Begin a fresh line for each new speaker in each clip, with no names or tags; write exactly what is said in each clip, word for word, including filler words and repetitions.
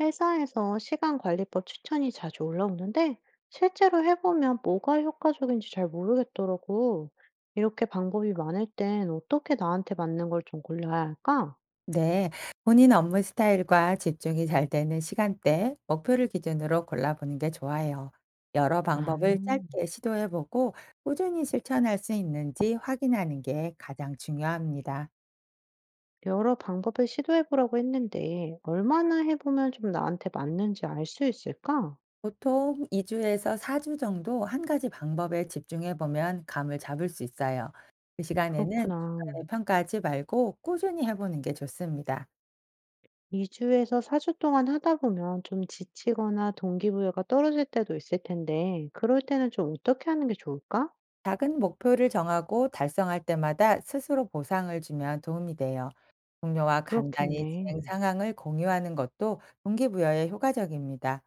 회사에서 시간 관리법 추천이 자주 올라오는데 실제로 해보면 뭐가 효과적인지 잘 모르겠더라고. 이렇게 방법이 많을 땐 어떻게 나한테 맞는 걸 좀 골라야 할까?
네, 본인 업무 스타일과 집중이 잘 되는 시간대, 목표를 기준으로 골라보는 게 좋아요. 여러
아,
방법을 짧게 시도해보고 꾸준히 실천할 수 있는지 확인하는 게 가장 중요합니다.
여러 방법을 시도해보라고 했는데 얼마나 해보면 좀 나한테 맞는지 알 수 있을까?
보통 이 주에서 사 주 정도 한 가지 방법에 집중해보면 감을 잡을 수 있어요. 그 시간에는
그렇구나.
중간에 평가하지 말고 꾸준히 해보는 게 좋습니다.
이 주에서 사 주 동안 하다 보면 좀 지치거나 동기부여가 떨어질 때도 있을 텐데 그럴 때는 좀 어떻게 하는 게 좋을까?
작은 목표를 정하고 달성할 때마다 스스로 보상을 주면 도움이 돼요. 동료와 간단히 진행
그렇겠네.
상황을 공유하는 것도 동기부여에 효과적입니다.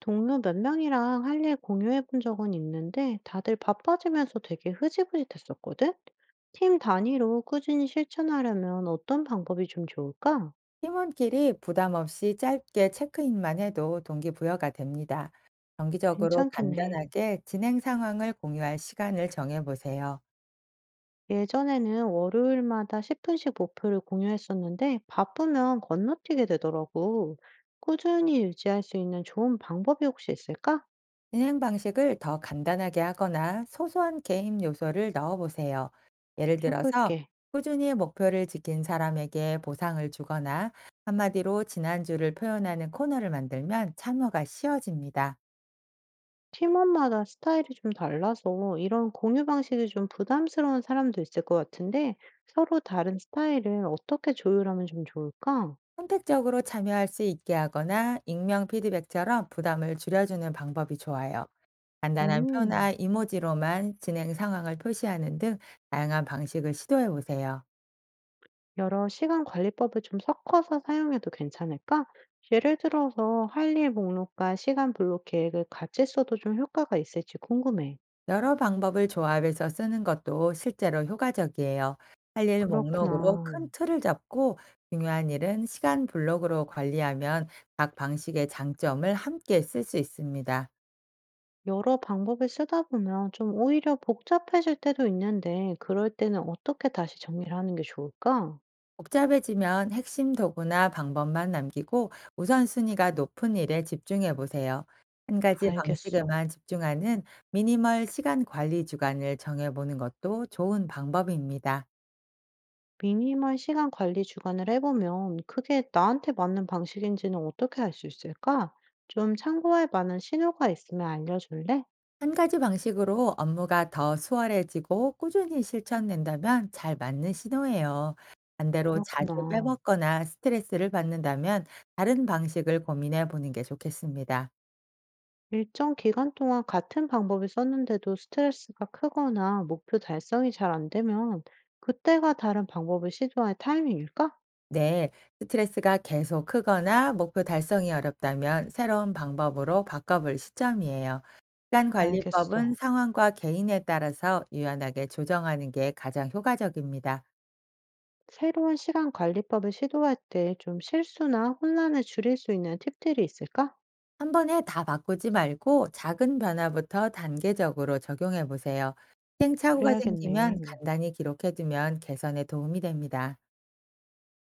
동료 몇 명이랑 할 일 공유해 본 적은 있는데 다들 바빠지면서 되게 흐지부지됐었거든? 팀 단위로 꾸준히 실천하려면 어떤 방법이 좀 좋을까?
팀원끼리 부담 없이 짧게 체크인만 해도 동기부여가 됩니다. 정기적으로
괜찮겠네.
간단하게 진행 상황을 공유할 시간을 정해보세요.
예전에는 월요일마다 십 분씩 목표를 공유했었는데 바쁘면 건너뛰게 되더라고. 꾸준히 유지할 수 있는 좋은 방법이 혹시 있을까?
진행 방식을 더 간단하게 하거나 소소한 게임 요소를 넣어보세요. 예를 들어서
해볼게.
꾸준히 목표를 지킨 사람에게 보상을 주거나 한마디로 지난주를 표현하는 코너를 만들면 참여가 쉬워집니다.
팀원마다 스타일이 좀 달라서 이런 공유 방식이 좀 부담스러운 사람도 있을 것 같은데 서로 다른 스타일을 어떻게 조율하면 좀 좋을까?
선택적으로 참여할 수 있게 하거나 익명 피드백처럼 부담을 줄여주는 방법이 좋아요. 간단한 표나
음,
이모지로만 진행 상황을 표시하는 등 다양한 방식을 시도해 보세요.
여러 시간 관리법을 좀 섞어서 사용해도 괜찮을까? 예를 들어서 할 일 목록과 시간 블록 계획을 같이 써도 좀 효과가 있을지 궁금해.
여러 방법을 조합해서 쓰는 것도 실제로 효과적이에요. 할 일 목록으로
그렇구나.
큰 틀을 잡고 중요한 일은 시간 블록으로 관리하면 각 방식의 장점을 함께 쓸 수 있습니다.
여러 방법을 쓰다 보면 좀 오히려 복잡해질 때도 있는데 그럴 때는 어떻게 다시 정리를 하는 게 좋을까?
복잡해지면 핵심 도구나 방법만 남기고 우선순위가 높은 일에 집중해 보세요. 한 가지
알겠어.
방식에만 집중하는 미니멀 시간 관리 주간을 정해보는 것도 좋은 방법입니다.
미니멀 시간 관리 주간을 해보면 그게 나한테 맞는 방식인지는 어떻게 알 수 있을까? 좀 참고할 만한 신호가 있으면 알려줄래?
한 가지 방식으로 업무가 더 수월해지고 꾸준히 실천된다면 잘 맞는 신호예요. 반대로 자주
그렇구나.
빼먹거나 스트레스를 받는다면 다른 방식을 고민해 보는 게 좋겠습니다.
일정 기간 동안 같은 방법을 썼는데도 스트레스가 크거나 목표 달성이 잘 안 되면 그때가 다른 방법을 시도할 타이밍일까?
네, 스트레스가 계속 크거나 목표 달성이 어렵다면 새로운 방법으로 바꿔볼 시점이에요. 시간 관리법은
알겠어.
상황과 개인에 따라서 유연하게 조정하는 게 가장 효과적입니다.
새로운 시간 관리법을 시도할 때 좀 실수나 혼란을 줄일 수 있는 팁들이 있을까?
한 번에 다 바꾸지 말고 작은 변화부터 단계적으로 적용해 보세요. 시행착오가
그래야겠네.
생기면 간단히 기록해 두면 개선에 도움이 됩니다.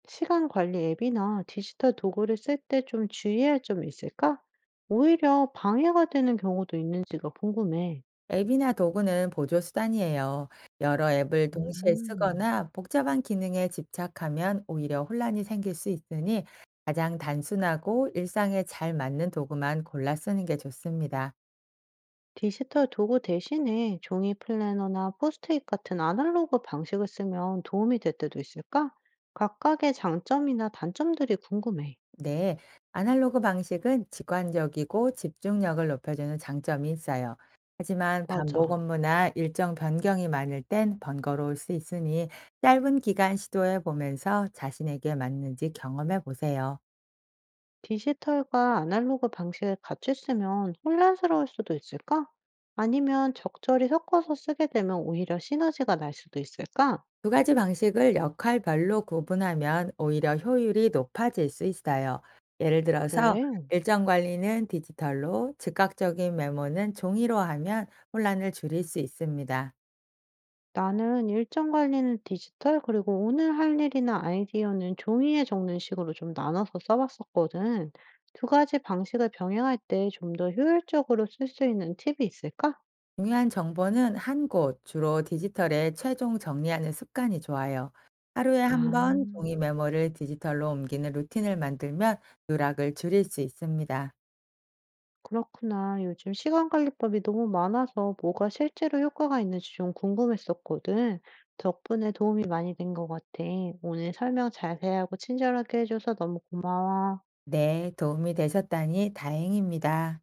시간 관리 앱이나 디지털 도구를 쓸 때 좀 주의할 점이 있을까? 오히려 방해가 되는 경우도 있는지가 궁금해.
앱이나 도구는 보조 수단이에요. 여러 앱을 음. 동시에
음,
쓰거나 복잡한 기능에 집착하면 오히려 혼란이 생길 수 있으니 가장 단순하고 일상에 잘 맞는 도구만 골라 쓰는 게 좋습니다.
디지털 도구 대신에 종이 플래너나 포스트잇 같은 아날로그 방식을 쓰면 도움이 될 때도 있을까? 각각의 장점이나 단점들이 궁금해.
네, 아날로그 방식은 직관적이고 집중력을 높여주는 장점이 있어요. 하지만 반복
맞아.
업무나 일정 변경이 많을 땐 번거로울 수 있으니 짧은 기간 시도해 보면서 자신에게 맞는지 경험해 보세요.
디지털과 아날로그 방식을 같이 쓰면 혼란스러울 수도 있을까? 아니면 적절히 섞어서 쓰게 되면 오히려 시너지가 날 수도 있을까?
두 가지 방식을 역할별로 구분하면 오히려 효율이 높아질 수 있어요. 예를 들어서
그래?
일정 관리는 디지털로, 즉각적인 메모는 종이로 하면 혼란을 줄일 수 있습니다.
나는 일정 관리는 디지털, 그리고 오늘 할 일이나 아이디어는 종이에 적는 식으로 좀 나눠서 써봤었거든. 두 가지 방식을 병행할 때 좀 더 효율적으로 쓸 수 있는 팁이 있을까?
중요한 정보는 한 곳, 주로 디지털에 최종 정리하는 습관이 좋아요. 하루에 한
아,
번 종이 메모를 디지털로 옮기는 루틴을 만들면 누락을 줄일 수 있습니다.
그렇구나. 요즘 시간 관리법이 너무 많아서 뭐가 실제로 효과가 있는지 좀 궁금했었거든. 덕분에 도움이 많이 된 것 같아. 오늘 설명 자세하고 친절하게 해줘서 너무 고마워.
네, 도움이 되셨다니 다행입니다.